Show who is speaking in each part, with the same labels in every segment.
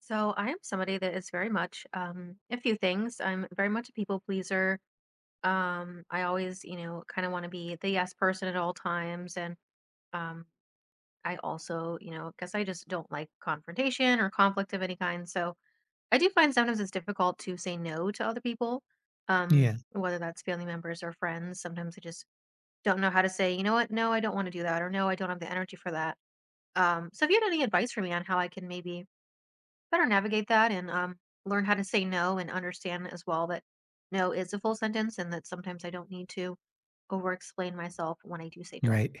Speaker 1: So I am somebody that is very much a few things. I'm very much a people pleaser. I always, you know, kind of want to be the yes person at all times, and um, I also, you know, guess I just don't like confrontation or conflict of any kind. So I do find sometimes it's difficult to say no to other people, um,
Speaker 2: Yeah,
Speaker 1: whether that's family members or friends. Sometimes I just don't know how to say, you know what, no, I don't want to do that, or no, I don't have the energy for that. So if you had any advice for me on how I can maybe better navigate that and learn how to say no and understand as well that no is a full sentence and that sometimes I don't need to over explain myself when I do say no.
Speaker 2: right.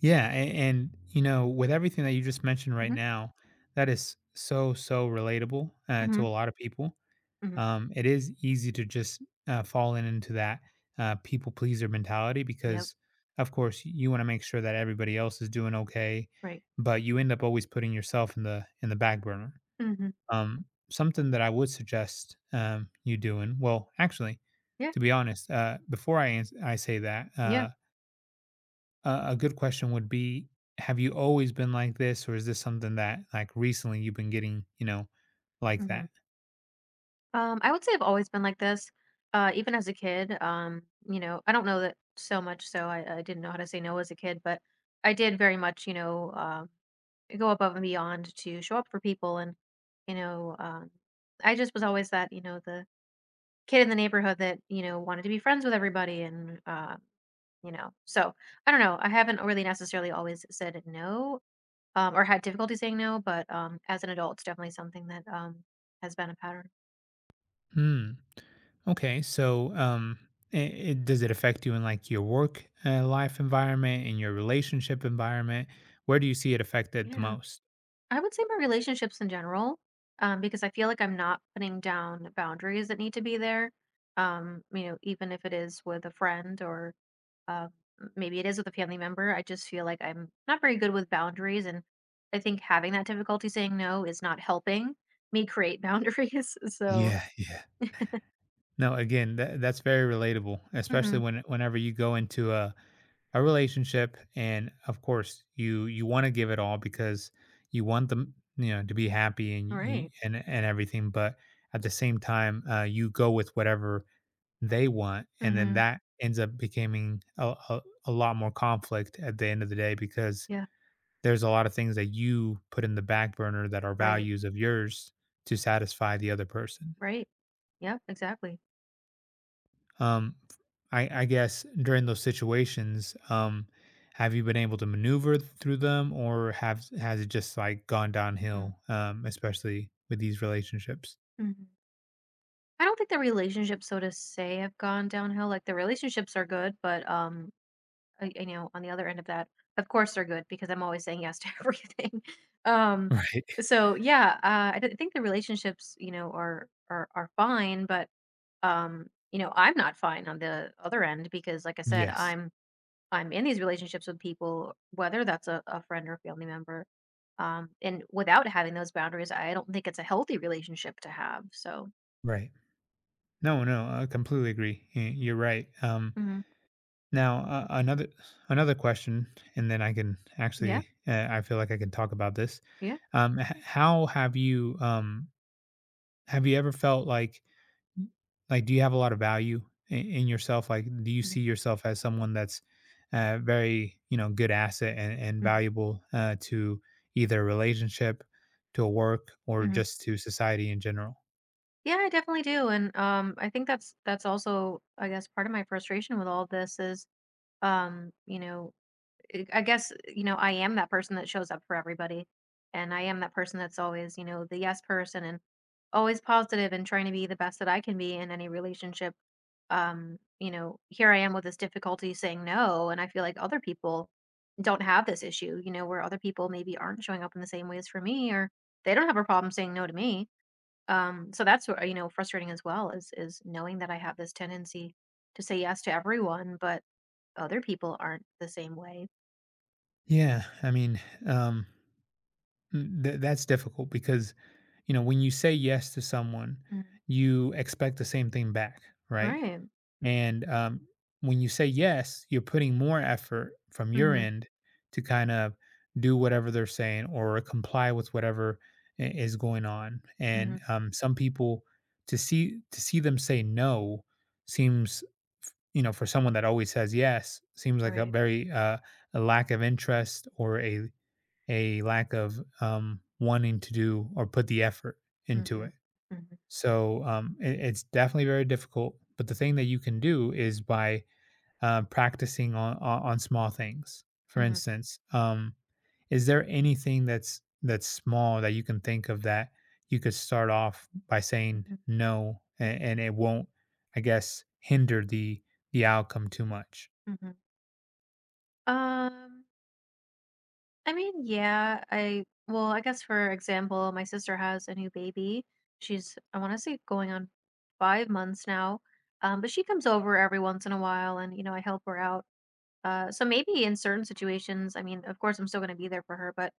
Speaker 2: Yeah, and you know, with everything that you just mentioned right
Speaker 1: Hmm.
Speaker 2: now, that is so relatable
Speaker 1: Hmm.
Speaker 2: to a lot of people.
Speaker 1: Hmm.
Speaker 2: It is easy to just fall in into that people pleaser mentality
Speaker 1: Yep.
Speaker 2: because, of course, you want to make sure that everybody else is doing okay,
Speaker 1: Right.
Speaker 2: but you end up always putting yourself in the back burner.
Speaker 1: Hmm.
Speaker 2: Something that I would suggest you doing. Well, actually,
Speaker 1: Yeah.
Speaker 2: to be honest, I say that.
Speaker 1: Yeah.
Speaker 2: A good question would be, have you always been like this, or is this something that like recently you've been getting, you know, like
Speaker 1: Hmm.
Speaker 2: that?
Speaker 1: I would say I've always been like this, even as a kid. You know, I don't know that so much, so I didn't know how to say no as a kid, but I did very much, you know, go above and beyond to show up for people and, you know, I just was always that, you know, the kid in the neighborhood that, you know, wanted to be friends with everybody and you know. So, I don't know. I haven't really necessarily always said no or had difficulty saying no, but as an adult, it's definitely something that has been a pattern.
Speaker 2: Hmm. Okay, so does it affect you in like your work life environment, in your relationship environment? Where do you see it affected the
Speaker 1: Yeah.
Speaker 2: most?
Speaker 1: I would say my relationships in general because I feel like I'm not putting down boundaries that need to be there. You know, even if it is with a friend or uh, maybe it is with a family member. I just feel like I'm not very good with boundaries. And I think having that difficulty saying no is not helping me create boundaries. So,
Speaker 2: Yeah, yeah. No, again, that's very relatable,
Speaker 1: hmm,
Speaker 2: especially whenever you go into a relationship, and of course, you want to give it all because you want them, you know, to be happy and you,
Speaker 1: right.
Speaker 2: and everything. But at the same time, you go with whatever they want, and then
Speaker 1: Hmm.
Speaker 2: that ends up becoming a lot more conflict at the end of the day because
Speaker 1: Yeah,
Speaker 2: there's a lot of things that you put in the back burner that are
Speaker 1: right,
Speaker 2: values of yours to satisfy the other person.
Speaker 1: right. Yep, exactly.
Speaker 2: Um, I guess during those situations, have you been able to maneuver through them, or have has it just like gone downhill? Especially with these relationships.
Speaker 1: Mm-hmm. I don't think the relationships, so to say, have gone downhill. Like the relationships are good, but I know on the other end of that, of course they're good because I'm always saying yes to everything. Um,
Speaker 2: Right.
Speaker 1: so yeah, think the relationships, you know, are fine, but you know, I'm not fine on the other end because, like I said,
Speaker 2: Yes.
Speaker 1: I'm in these relationships with people, whether that's a friend or family member, and without having those boundaries, I don't think it's a healthy relationship to have. So
Speaker 2: Right. No. No. I completely agree. You're right.
Speaker 1: mhm,
Speaker 2: Now another another question, and then I can
Speaker 1: yeah,
Speaker 2: actually I feel like I can talk about this.
Speaker 1: yeah.
Speaker 2: How have you um, have you ever felt like, mm, like, do you have a lot of value I in yourself? Like, do you see yourself as someone that's, very, you know, good asset and valuable, to either a relationship, to a work, or
Speaker 1: Hmm.
Speaker 2: just to society in general?
Speaker 1: Yeah, I definitely do. And I think that's also I guess part of my frustration with all this is you know, I guess, you know, I am that person that shows up for everybody and I am that person that's always, you know, the yes person and always positive and trying to be the best that I can be in any relationship. You know, here I am with this difficulty saying no and I feel like other people don't have this issue, you know, where other people maybe aren't showing up in the same ways for me or they don't have a problem saying no to me So that's what, you know, frustrating as well is knowing that I have this tendency to say yes to everyone, but other people aren't the same way.
Speaker 2: Yeah, I mean, um, mm, th that's difficult because, you know, when you say yes to someone,
Speaker 1: Mhm.
Speaker 2: you expect the same thing back, right?
Speaker 1: Right.
Speaker 2: And when you say yes, you're putting more effort from your
Speaker 1: Mm-hmm.
Speaker 2: end to kind of do whatever they're saying or comply with whatever is going on. And
Speaker 1: Mm-hmm.
Speaker 2: some people to see them say no seems, you know, for someone that always says yes, seems like a
Speaker 1: Right.
Speaker 2: very a lack of interest or a lack of wanting to do or put the effort into
Speaker 1: Mm-hmm.
Speaker 2: it.
Speaker 1: Mm-hmm.
Speaker 2: So it's definitely very difficult. But the thing that you can do is by practicing on small things. For
Speaker 1: Mm-hmm.
Speaker 2: instance, is there anything that's small that you can think of that you could start off by saying
Speaker 1: Mm-hmm.
Speaker 2: no, and it won't, I guess, hinder the outcome too much?
Speaker 1: Hmm. Um, I guess for example, my sister has a new baby. She's I want to say going on 5 months now. But she comes over every once in a while, and you know, I help her out. So maybe in certain situations, I mean, of course, I'm still going to be there for her, but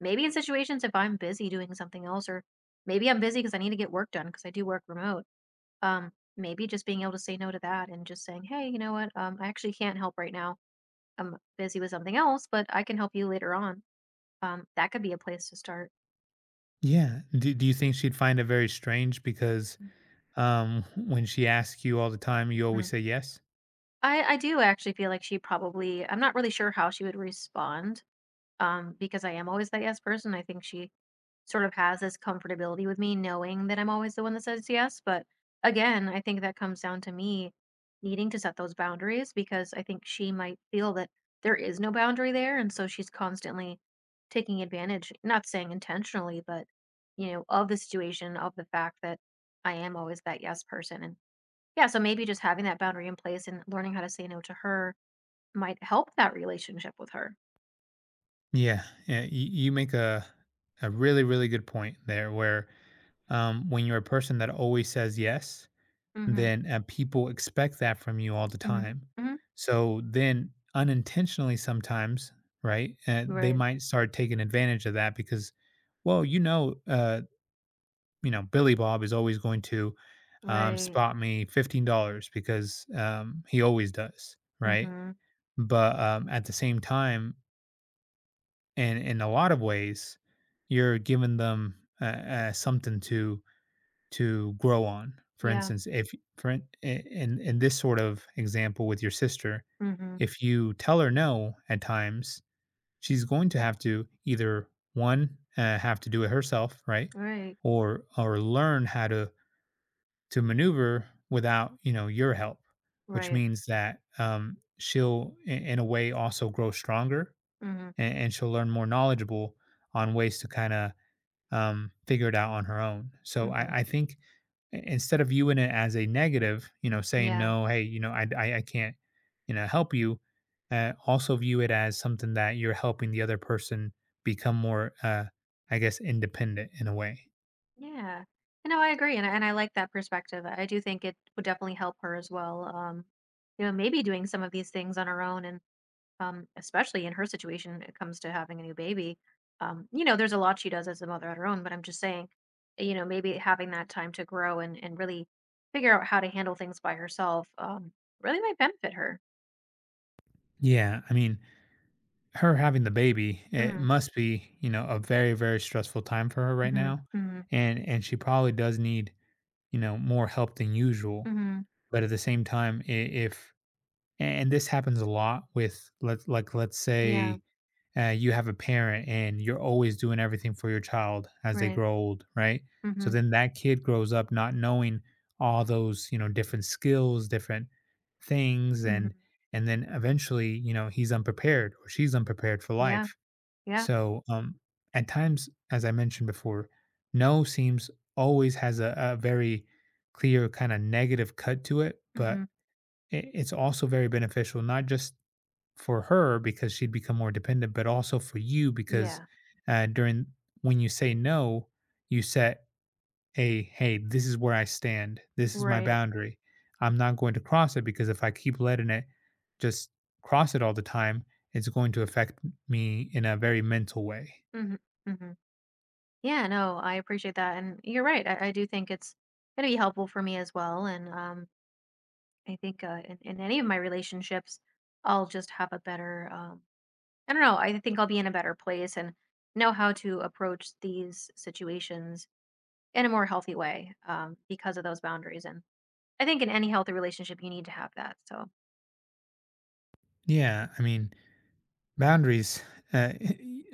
Speaker 1: maybe in situations if I'm busy doing something else, or maybe I'm busy because I need to get work done because I do work remote. Maybe just being able to say no to that and just saying, hey, you know what? I actually can't help right now. I'm busy with something else, but I can help you later on. That could be a place to start.
Speaker 2: Yeah. Do you think she'd find it very strange because when she asks you all the time, you always
Speaker 1: Mm.
Speaker 2: say yes?
Speaker 1: I do actually feel like she probably, I'm not really sure how she would respond because I am always that yes person. I think she sort of has this comfortability with me knowing that I'm always the one that says yes. But again, I think that comes down to me needing to set those boundaries because I think she might feel that there is no boundary there. And so she's constantly taking advantage, not saying intentionally, but, you know, of the situation, of the fact that I am always that yes person. And yeah, so maybe just having that boundary in place and learning how to say no to her might help that relationship with her.
Speaker 2: Yeah, yeah, you make a really good point there. Where when you're a person that always says yes,
Speaker 1: Mm-hmm.
Speaker 2: then people expect that from you all the
Speaker 1: Mm-hmm.
Speaker 2: time.
Speaker 1: Mm-hmm.
Speaker 2: So then unintentionally, sometimes, right? They
Speaker 1: Right,
Speaker 2: might start taking advantage of that because, well, you know, Billy Bob is always going to
Speaker 1: right.
Speaker 2: spot me $15 because he always does, right?
Speaker 1: Mhm.
Speaker 2: But at the same time, and in a lot of ways, you're giving them something to grow on. For
Speaker 1: Yeah.
Speaker 2: instance, if for in this sort of example with your sister,
Speaker 1: Mhm.
Speaker 2: if you tell her no at times, she's going to have to either one have to do it herself, right,
Speaker 1: Right,
Speaker 2: or learn how to maneuver without you know your help, which
Speaker 1: right.
Speaker 2: means that she'll in a way also grow stronger
Speaker 1: Mhm.
Speaker 2: and she'll learn more knowledgeable on ways to kind of figure it out on her own. So
Speaker 1: Mhm.
Speaker 2: I think instead of viewing it as a negative, you know, saying
Speaker 1: Yeah.
Speaker 2: no, hey, you know, I can't, you know, help you. Also view it as something that you're helping the other person become more, I guess, independent in a way.
Speaker 1: Yeah. You know, I agree, and I like that perspective. I do think it would definitely help her as well. You know, maybe doing some of these things on her own, and especially in her situation, when it comes to having a new baby. You know, there's a lot she does as a mother on her own, but I'm just saying, you know, maybe having that time to grow and really figure out how to handle things by herself really might benefit her.
Speaker 2: Yeah, I mean, her having the baby, it
Speaker 1: Mhm.
Speaker 2: must be, you know, a very, very stressful time for her right
Speaker 1: Mhm.
Speaker 2: now.
Speaker 1: Mhm.
Speaker 2: And she probably does need, you know, more help than usual.
Speaker 1: Mhm.
Speaker 2: But at the same time, I- if and this happens a lot with let like let's
Speaker 1: Yeah,
Speaker 2: say you have a parent and you're always doing everything for your child as they
Speaker 1: right.
Speaker 2: grow old, right? So
Speaker 1: Mhm,
Speaker 2: then that kid grows up not knowing all those you know different skills, different things,
Speaker 1: mhm.
Speaker 2: and then eventually you know he's unprepared or she's unprepared for
Speaker 1: Yeah,
Speaker 2: life.
Speaker 1: yeah,
Speaker 2: So at times, as I mentioned before, no seems always has a very clear kind of negative cut to it, but
Speaker 1: mhm.
Speaker 2: it's also very beneficial, not just for her because she'd become more dependent, but also for you because
Speaker 1: Yeah,
Speaker 2: during when you say no, you set a hey, this is where I stand. This is my
Speaker 1: right.
Speaker 2: boundary. I'm not going to cross it because if I keep letting it just cross it all the time, it's going to affect me in a very mental way.
Speaker 1: Mhm, mhm. Yeah, no, I appreciate that, and you're right, I do think it's gonna be helpful for me as well, and, I think, in any of my relationships, I'll just have a better, I don't know, I think I'll be in a better place and know how to approach these situations in a more healthy way, because of those boundaries, and I think in any healthy relationship, you need to have that, so
Speaker 2: Yeah, I mean, boundaries, uh,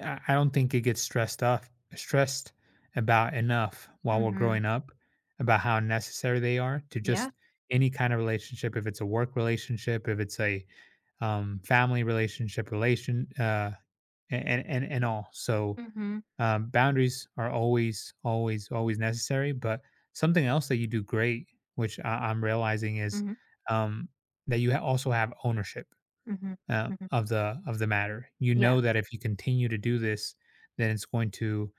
Speaker 2: I don't think it gets stressed about enough while we're
Speaker 1: mhm,
Speaker 2: growing up about how necessary they are to
Speaker 1: yeah.
Speaker 2: just any kind of relationship. If it's a work relationship, if it's a family relationship, and all. So
Speaker 1: Mhm,
Speaker 2: boundaries are always, always, always necessary. But something else that you do great, which I'm realizing, is
Speaker 1: mhm.
Speaker 2: um, that you also have ownership
Speaker 1: Mhm, mhm.
Speaker 2: of the matter. You
Speaker 1: Yeah,
Speaker 2: know that if you continue to do this, then it's going to,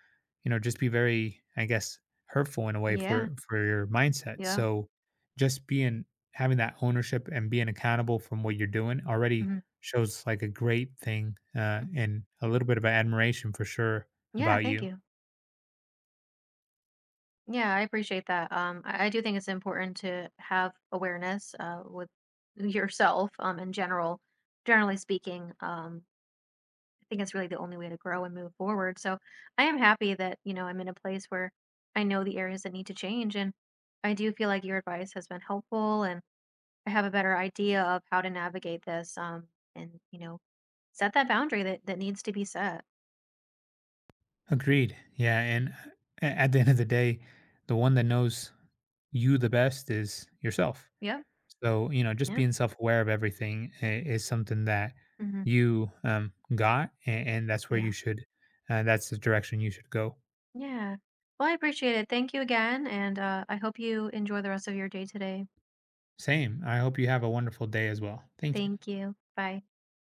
Speaker 2: you know, just be very, I guess, hurtful in a way
Speaker 1: yeah,
Speaker 2: for your mindset.
Speaker 1: yeah.
Speaker 2: So, just being having that ownership and being accountable from what you're doing already
Speaker 1: Mhm,
Speaker 2: shows like a great thing
Speaker 1: mhm.
Speaker 2: and a little bit of admiration for sure
Speaker 1: Yeah,
Speaker 2: about
Speaker 1: thank
Speaker 2: you.
Speaker 1: you. Yeah, I appreciate that. I do think it's important to have awareness with yourself in general, generally speaking. I think it's really the only way to grow and move forward. So I am happy that, you know, I'm in a place where I know the areas that need to change. And I do feel like your advice has been helpful and I have a better idea of how to navigate this and, you know, set that boundary that needs to be set.
Speaker 2: Agreed. Yeah, and at the end of the day, the one that knows you the best is yourself.
Speaker 1: Yep.
Speaker 2: So, you know, just
Speaker 1: Yeah.
Speaker 2: being self-aware of everything is something that
Speaker 1: Hmm.
Speaker 2: you got, and that's where
Speaker 1: Yeah.
Speaker 2: you should, that's the direction you should go.
Speaker 1: Yeah. Well, I appreciate it. Thank you again. And I hope you enjoy the rest of your day today.
Speaker 2: Same. I hope you have a wonderful day as well. Thank you.
Speaker 1: Thank you. Bye.